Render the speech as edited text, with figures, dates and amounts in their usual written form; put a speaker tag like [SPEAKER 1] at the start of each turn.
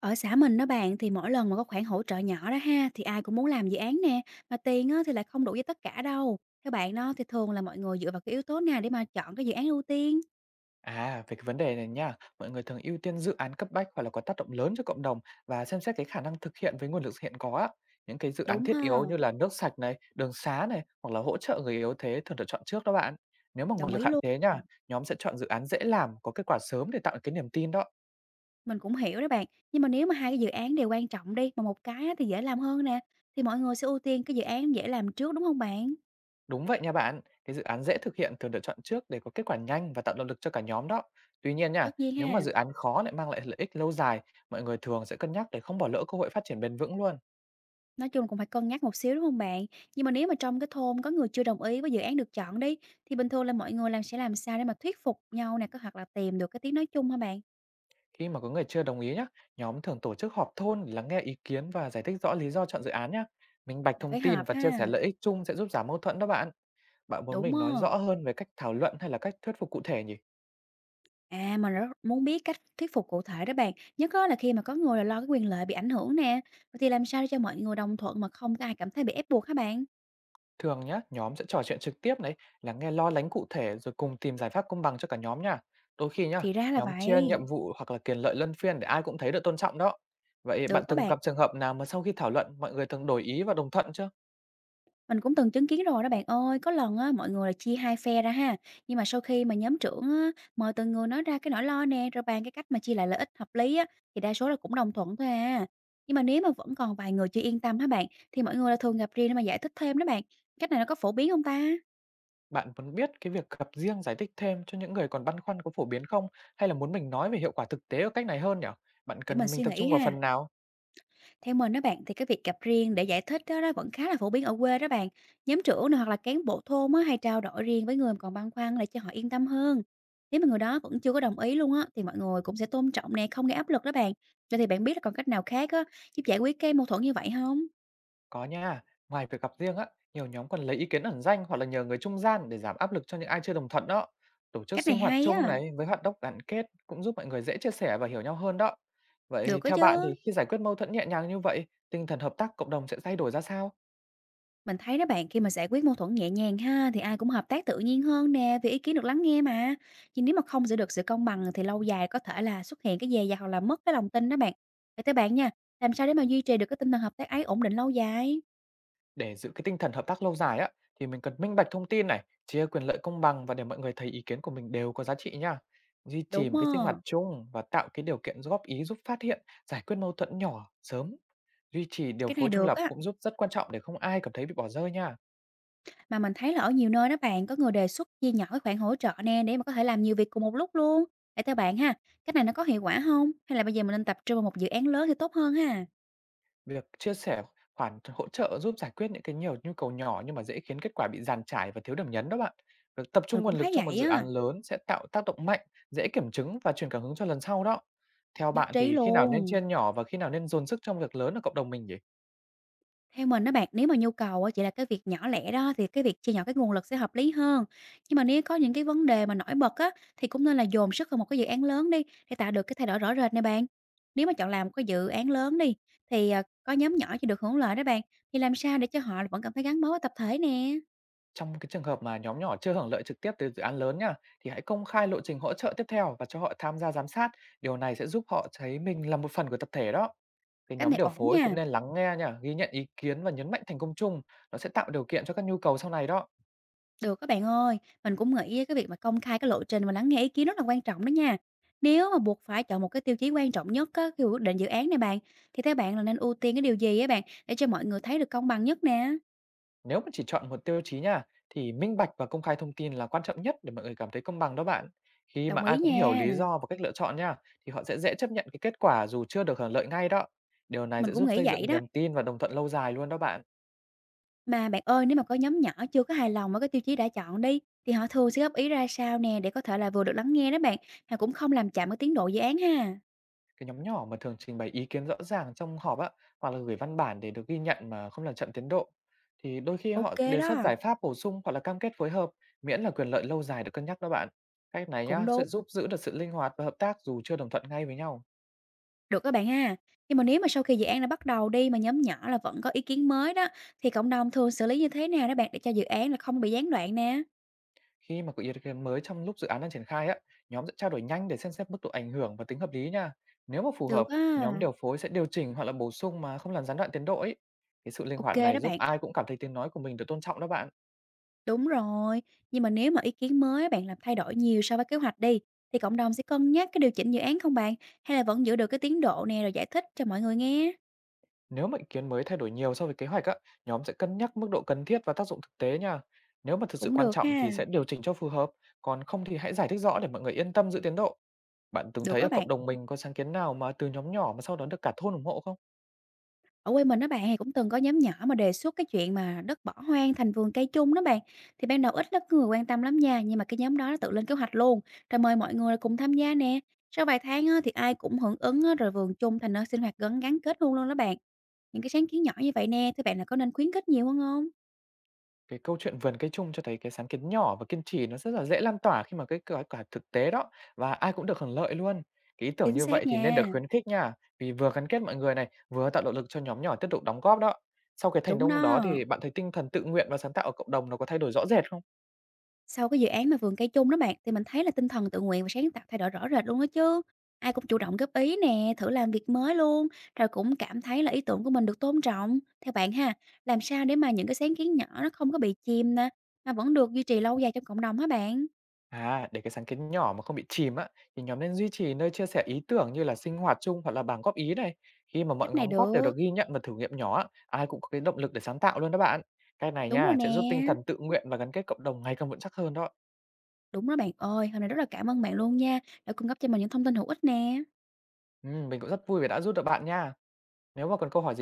[SPEAKER 1] Ở xã mình đó bạn thì mỗi lần mà có khoản hỗ trợ nhỏ đó ha thì ai cũng muốn làm dự án nè, mà tiền á thì lại không đủ với tất cả đâu. Theo bạn đó thì thường là mọi người dựa vào cái yếu tố nào để mà chọn cái dự án ưu tiên?
[SPEAKER 2] À, về cái vấn đề này nha, mọi người thường ưu tiên dự án cấp bách hoặc là có tác động lớn cho cộng đồng và xem xét cái khả năng thực hiện với nguồn lực hiện có á. Những cái dự án
[SPEAKER 1] Đúng
[SPEAKER 2] thiết
[SPEAKER 1] ha,
[SPEAKER 2] yếu như là nước sạch này, đường xá này hoặc là hỗ trợ người yếu thế thường được chọn trước đó bạn. Nếu mà nguồn
[SPEAKER 1] đồng
[SPEAKER 2] lực
[SPEAKER 1] ý
[SPEAKER 2] hạn
[SPEAKER 1] luôn.
[SPEAKER 2] chế nha, nhóm sẽ chọn dự án dễ làm, có kết quả sớm để tạo cái niềm tin đó.
[SPEAKER 1] Mình cũng hiểu đó bạn, nhưng mà nếu mà hai cái dự án đều quan trọng đi mà một cái á thì dễ làm hơn nè, thì mọi người sẽ ưu tiên cái dự án dễ làm trước đúng không bạn?
[SPEAKER 2] Đúng vậy nha bạn, cái dự án dễ thực hiện thường được chọn trước để có kết quả nhanh và tạo động lực cho cả nhóm đó. Tuy nhiên nha,
[SPEAKER 1] Tất nhiên
[SPEAKER 2] nếu mà
[SPEAKER 1] ha.
[SPEAKER 2] dự án khó lại mang lại lợi ích lâu dài, mọi người thường sẽ cân nhắc để không bỏ lỡ cơ hội phát triển bền vững luôn.
[SPEAKER 1] Nói chung cũng phải cân nhắc một xíu, đúng không bạn? Nhưng mà nếu mà trong cái thôn có người chưa đồng ý với dự án được chọn đi, thì bình thường là mọi người làm sẽ làm sao để mà thuyết phục nhau nè, có hoặc là tìm được cái tiếng nói chung hả bạn?
[SPEAKER 2] Khi mà có người chưa đồng ý nhé, nhóm thường tổ chức họp thôn để lắng nghe ý kiến và giải thích rõ lý do chọn dự án nhé. Minh bạch
[SPEAKER 1] Là
[SPEAKER 2] thông
[SPEAKER 1] phải
[SPEAKER 2] tin
[SPEAKER 1] họp
[SPEAKER 2] và chia
[SPEAKER 1] ha,
[SPEAKER 2] sẻ lợi ích chung sẽ giúp giảm mâu thuẫn đó bạn. Bạn muốn
[SPEAKER 1] đúng
[SPEAKER 2] mình nói rõ
[SPEAKER 1] không?
[SPEAKER 2] hơn về cách thảo luận hay là cách thuyết phục cụ thể nhỉ?
[SPEAKER 1] À, mình rất muốn biết cách thuyết phục cụ thể đó bạn, nhất á là khi mà có người là lo cái quyền lợi bị ảnh hưởng nè, vậy thì làm sao để cho mọi người đồng thuận mà không có ai cảm thấy bị ép buộc hả bạn?
[SPEAKER 2] Thường nhá, nhóm sẽ trò chuyện trực tiếp đấy, lắng nghe lo lắng cụ thể rồi cùng tìm giải pháp công bằng cho cả nhóm nha. Đôi khi nhá,
[SPEAKER 1] Thì ra là
[SPEAKER 2] nhóm chia
[SPEAKER 1] vậy,
[SPEAKER 2] nhiệm vụ hoặc là quyền lợi luân phiên để ai cũng thấy được tôn trọng đó. Vậy
[SPEAKER 1] được
[SPEAKER 2] bạn
[SPEAKER 1] các
[SPEAKER 2] từng
[SPEAKER 1] bạn.
[SPEAKER 2] gặp trường hợp nào mà sau khi thảo luận mọi người thường đổi ý và đồng thuận chưa?
[SPEAKER 1] Mình cũng từng chứng kiến rồi đó bạn ơi, có lần á, mọi người là chia hai phe ra ha, nhưng mà sau khi mà nhóm trưởng á, mời từng người nói ra cái nỗi lo nè, rồi bàn cái cách mà chia lại lợi ích hợp lý á, thì đa số là cũng đồng thuận thôi à. Nhưng mà nếu mà vẫn còn vài người chưa yên tâm hả bạn, thì mọi người là thường gặp riêng để mà giải thích thêm đó bạn. Cách này nó có phổ biến không ta?
[SPEAKER 2] Bạn muốn biết cái việc gặp riêng giải thích thêm cho những người còn băn khoăn có phổ biến không? Hay là muốn mình nói về hiệu quả thực tế ở cách này hơn nhỉ? Bạn
[SPEAKER 1] Để mình
[SPEAKER 2] cần mình
[SPEAKER 1] suy
[SPEAKER 2] tập
[SPEAKER 1] nghĩ
[SPEAKER 2] trung vào
[SPEAKER 1] ha.
[SPEAKER 2] phần nào?
[SPEAKER 1] Theo mình đó bạn thì cái việc gặp riêng để giải thích đó, vẫn khá là phổ biến ở quê đó bạn. Nhóm trưởng này hoặc là cán bộ thôn á, hay trao đổi riêng với người mà còn băn khoăn để cho họ yên tâm hơn. Nếu mà người đó vẫn chưa có đồng ý luôn á thì mọi người cũng sẽ tôn trọng nè, không gây áp lực đó bạn. Vậy thì bạn biết là còn cách nào khác á giúp giải quyết cái mâu thuẫn như vậy không?
[SPEAKER 2] Có nha. Ngoài việc gặp riêng á, nhiều nhóm còn lấy ý kiến ẩn danh hoặc là nhờ người trung gian để giảm áp lực cho những ai chưa đồng thuận đó. Tổ chức
[SPEAKER 1] Cách này
[SPEAKER 2] sinh hoạt
[SPEAKER 1] hay
[SPEAKER 2] chung
[SPEAKER 1] á,
[SPEAKER 2] này với hoạt động gắn kết cũng giúp mọi người dễ chia sẻ và hiểu nhau hơn đó.
[SPEAKER 1] được
[SPEAKER 2] Vậy
[SPEAKER 1] đó
[SPEAKER 2] theo bạn thì
[SPEAKER 1] chứ.
[SPEAKER 2] khi giải quyết mâu thuẫn nhẹ nhàng như vậy, tinh thần hợp tác cộng đồng sẽ thay đổi ra sao?
[SPEAKER 1] Mình thấy đó bạn, khi mà giải quyết mâu thuẫn nhẹ nhàng ha thì ai cũng hợp tác tự nhiên hơn nè, vì ý kiến được lắng nghe mà. Nhưng nếu mà không giữ được sự công bằng thì lâu dài có thể là xuất hiện cái dè dặt hoặc là mất cái lòng tin đó bạn. Vậy tới bạn nha, làm sao để mà duy trì được cái tinh thần hợp tác ấy ổn định lâu dài?
[SPEAKER 2] Để giữ cái tinh thần hợp tác lâu dài á, thì mình cần minh bạch thông tin này, chia quyền lợi công bằng và để mọi người thấy ý kiến của mình đều có giá trị nha. Duy trì
[SPEAKER 1] Đúng
[SPEAKER 2] một cái sinh hoạt
[SPEAKER 1] không?
[SPEAKER 2] chung và tạo cái điều kiện góp ý giúp phát hiện, giải quyết mâu thuẫn nhỏ sớm. Duy trì điều
[SPEAKER 1] Cái này
[SPEAKER 2] phối trung
[SPEAKER 1] được
[SPEAKER 2] lập
[SPEAKER 1] á.
[SPEAKER 2] cũng giúp rất quan trọng để không ai cảm thấy bị bỏ rơi nha.
[SPEAKER 1] Mà mình thấy là ở nhiều nơi đó bạn có người đề xuất chia nhỏ cái khoản hỗ trợ nè để mà có thể làm nhiều việc cùng một lúc luôn. Vậy theo bạn ha, cái này nó có hiệu quả không? Hay là bây giờ mình nên tập trung vào một dự án lớn thì tốt hơn ha?
[SPEAKER 2] Việc chia sẻ khoản hỗ trợ giúp giải quyết những cái nhiều nhu cầu nhỏ nhưng mà dễ khiến kết quả bị dàn trải và thiếu điểm nhấn đó bạn. Việc tập
[SPEAKER 1] Mình
[SPEAKER 2] trung
[SPEAKER 1] cũng
[SPEAKER 2] nguồn lực
[SPEAKER 1] thấy
[SPEAKER 2] cho một
[SPEAKER 1] vậy
[SPEAKER 2] dự án
[SPEAKER 1] á.
[SPEAKER 2] lớn sẽ tạo tác động mạnh, dễ kiểm chứng và truyền cảm hứng cho lần sau đó. Theo
[SPEAKER 1] Nhất
[SPEAKER 2] bạn
[SPEAKER 1] trí
[SPEAKER 2] thì khi nào nên
[SPEAKER 1] luôn.
[SPEAKER 2] chia nhỏ và khi nào nên dồn sức trong việc lớn ở cộng đồng mình nhỉ?
[SPEAKER 1] Theo mình á bạn, nếu mà nhu cầu á chỉ là cái việc nhỏ lẻ đó thì cái việc chia nhỏ cái nguồn lực sẽ hợp lý hơn. Nhưng mà nếu có những cái vấn đề mà nổi bật á thì cũng nên là dồn sức vào một cái dự án lớn đi để tạo được cái thay đổi rõ rệt nè bạn. Nếu mà chọn làm một cái dự án lớn đi thì à, có nhóm nhỏ chỉ được hưởng lợi đó bạn. Thì làm sao để cho họ vẫn cảm thấy gắn bó với tập thể nè.
[SPEAKER 2] Trong cái trường hợp mà nhóm nhỏ chưa hưởng lợi trực tiếp từ dự án lớn nha, thì hãy công khai lộ trình hỗ trợ tiếp theo và cho họ tham gia giám sát. Điều này sẽ giúp họ thấy mình là một phần của tập thể đó. Cái
[SPEAKER 1] Cái
[SPEAKER 2] nhóm
[SPEAKER 1] này
[SPEAKER 2] điều
[SPEAKER 1] ổn
[SPEAKER 2] phối cũng
[SPEAKER 1] nha.
[SPEAKER 2] nên lắng nghe nha, ghi nhận ý kiến và nhấn mạnh thành công chung, nó sẽ tạo điều kiện cho các nhu cầu sau này đó.
[SPEAKER 1] Được các bạn ơi, mình cũng nghĩ cái việc mà công khai cái lộ trình và lắng nghe ý kiến rất là quan trọng đó nha. Nếu mà buộc phải chọn một cái tiêu chí quan trọng nhất á, khi quyết định dự án này bạn, thì theo bạn là nên ưu tiên cái điều gì á bạn để cho mọi người thấy được công bằng nhất nè?
[SPEAKER 2] Nếu mà chỉ chọn một tiêu chí nha, thì minh bạch và công khai thông tin là quan trọng nhất để mọi người cảm thấy công bằng đó bạn. Khi mà
[SPEAKER 1] Đồng
[SPEAKER 2] ai
[SPEAKER 1] ý
[SPEAKER 2] cũng hiểu
[SPEAKER 1] nha,
[SPEAKER 2] lý do và cách lựa chọn nha, thì họ sẽ dễ chấp nhận cái kết quả dù chưa được hưởng lợi ngay đó. Điều này
[SPEAKER 1] mình
[SPEAKER 2] sẽ
[SPEAKER 1] cũng
[SPEAKER 2] giúp
[SPEAKER 1] nghĩ
[SPEAKER 2] xây
[SPEAKER 1] vậy
[SPEAKER 2] dựng
[SPEAKER 1] đó.
[SPEAKER 2] niềm tin và đồng thuận lâu dài luôn đó bạn.
[SPEAKER 1] Mà bạn ơi, nếu mà có nhóm nhỏ chưa có hài lòng với cái tiêu chí đã chọn đi, thì họ thường sẽ góp ý ra sao nè để có thể là vừa được lắng nghe đó bạn, mà cũng không làm chậm cái tiến độ dự án ha.
[SPEAKER 2] Cái nhóm nhỏ mà thường trình bày ý kiến rõ ràng trong họp á, hoặc là gửi văn bản để được ghi nhận mà không làm chậm tiến độ, thì đôi khi họ
[SPEAKER 1] Ok
[SPEAKER 2] đề xuất
[SPEAKER 1] đó,
[SPEAKER 2] giải pháp bổ sung hoặc là cam kết phối hợp, miễn là quyền lợi lâu dài được cân nhắc đó bạn. Cách này
[SPEAKER 1] cũng
[SPEAKER 2] nhá,
[SPEAKER 1] đúng.
[SPEAKER 2] sẽ giúp giữ được sự linh hoạt và hợp tác dù chưa đồng thuận ngay với nhau.
[SPEAKER 1] Được các bạn ha. Nhưng mà nếu mà sau khi dự án đã bắt đầu đi mà nhóm nhỏ là vẫn có ý kiến mới đó thì cộng đồng thường xử lý như thế nào đó bạn để cho dự án là không bị gián đoạn nè?
[SPEAKER 2] Khi mà có ý kiến mới trong lúc dự án đang triển khai á, nhóm sẽ trao đổi nhanh để xem xét mức độ ảnh hưởng và tính hợp lý nha. Nếu mà phù
[SPEAKER 1] Được
[SPEAKER 2] hợp,
[SPEAKER 1] á.
[SPEAKER 2] nhóm điều phối sẽ điều chỉnh hoặc là bổ sung mà không làm gián đoạn tiến độ ấy. Cái sự linh
[SPEAKER 1] Ok
[SPEAKER 2] hoạt này
[SPEAKER 1] đó
[SPEAKER 2] giúp
[SPEAKER 1] bạn.
[SPEAKER 2] ai cũng cảm thấy tiếng nói của mình được tôn trọng đó bạn.
[SPEAKER 1] Đúng rồi. Nhưng mà nếu mà ý kiến mới bạn làm thay đổi nhiều so với kế hoạch đi thì cộng đồng sẽ cân nhắc cái điều chỉnh dự án không bạn? Hay là vẫn giữ được cái tiến độ nè rồi giải thích cho mọi người nghe?
[SPEAKER 2] Nếu mà ý kiến mới thay đổi nhiều so với kế hoạch á, nhóm sẽ cân nhắc mức độ cần thiết và tác dụng thực tế nha. Nếu mà thực sự
[SPEAKER 1] Cũng
[SPEAKER 2] quan
[SPEAKER 1] được
[SPEAKER 2] trọng
[SPEAKER 1] ha.
[SPEAKER 2] thì sẽ điều chỉnh cho phù hợp, còn không thì hãy giải thích rõ để mọi người yên tâm giữ tiến độ. Bạn từng
[SPEAKER 1] Được
[SPEAKER 2] thấy
[SPEAKER 1] đó
[SPEAKER 2] ở cộng
[SPEAKER 1] bạn.
[SPEAKER 2] đồng mình có sáng kiến nào mà từ nhóm nhỏ mà sau đó được cả thôn ủng hộ không?
[SPEAKER 1] Ở quê mình đó bạn thì cũng từng có nhóm nhỏ mà đề xuất cái chuyện mà đất bỏ hoang thành vườn cây chung đó bạn. Thì ban đầu ít lắm người quan tâm lắm nha, nhưng mà cái nhóm đó nó tự lên kế hoạch luôn, rồi mời mọi người cùng tham gia nè. Sau vài tháng á, thì ai cũng hưởng ứng á, rồi vườn chung thành nơi sinh hoạt gắn gắn kết luôn luôn đó bạn. Những cái sáng kiến nhỏ như vậy nè, thì bạn là có nên khuyến khích nhiều hơn không?
[SPEAKER 2] Cái câu chuyện vườn cây chung cho thấy cái sáng kiến nhỏ và kiên trì nó rất là dễ lan tỏa khi mà cái kết quả thực tế đó và ai cũng được hưởng lợi luôn. Cái ý tưởng
[SPEAKER 1] Chính
[SPEAKER 2] như vậy
[SPEAKER 1] xác
[SPEAKER 2] thì nên được
[SPEAKER 1] nha,
[SPEAKER 2] khuyến khích nha, vì vừa gắn kết mọi người này, vừa tạo động lực cho nhóm nhỏ tiếp tục đóng góp đó. Sau cái thành
[SPEAKER 1] đúng
[SPEAKER 2] công đó
[SPEAKER 1] đó.
[SPEAKER 2] thì bạn thấy tinh thần tự nguyện và sáng tạo ở cộng đồng nó có thay đổi rõ rệt không?
[SPEAKER 1] Sau cái dự án mà vườn cây chung đó bạn, thì mình thấy là tinh thần tự nguyện và sáng tạo thay đổi rõ rệt luôn đó chứ. Ai cũng chủ động góp ý nè, thử làm việc mới luôn, rồi cũng cảm thấy là ý tưởng của mình được tôn trọng. Theo bạn ha, làm sao để mà những cái sáng kiến nhỏ nó không có bị chìm nè, mà vẫn được duy trì lâu dài trong cộng đồng hả bạn?
[SPEAKER 2] À, để cái sáng kiến nhỏ mà không bị chìm á, thì nhóm nên duy trì nơi chia sẻ ý tưởng như là sinh hoạt chung hoặc là bảng góp ý này. Khi mà mọi
[SPEAKER 1] Cách này
[SPEAKER 2] đóng góp đều
[SPEAKER 1] được.
[SPEAKER 2] được ghi nhận và thử nghiệm nhỏ á, ai cũng có cái động lực để sáng tạo luôn đó bạn. Cái này
[SPEAKER 1] Đúng rồi
[SPEAKER 2] nha, sẽ giúp
[SPEAKER 1] nè.
[SPEAKER 2] tinh thần tự nguyện và gắn kết cộng đồng ngày càng vững chắc hơn đó.
[SPEAKER 1] Đúng đó bạn ơi, hôm nay rất là cảm ơn bạn luôn nha, đã cung cấp cho mình những thông tin hữu ích nè.
[SPEAKER 2] Ừ, mình cũng rất vui vì đã giúp được bạn nha. Nếu mà còn câu hỏi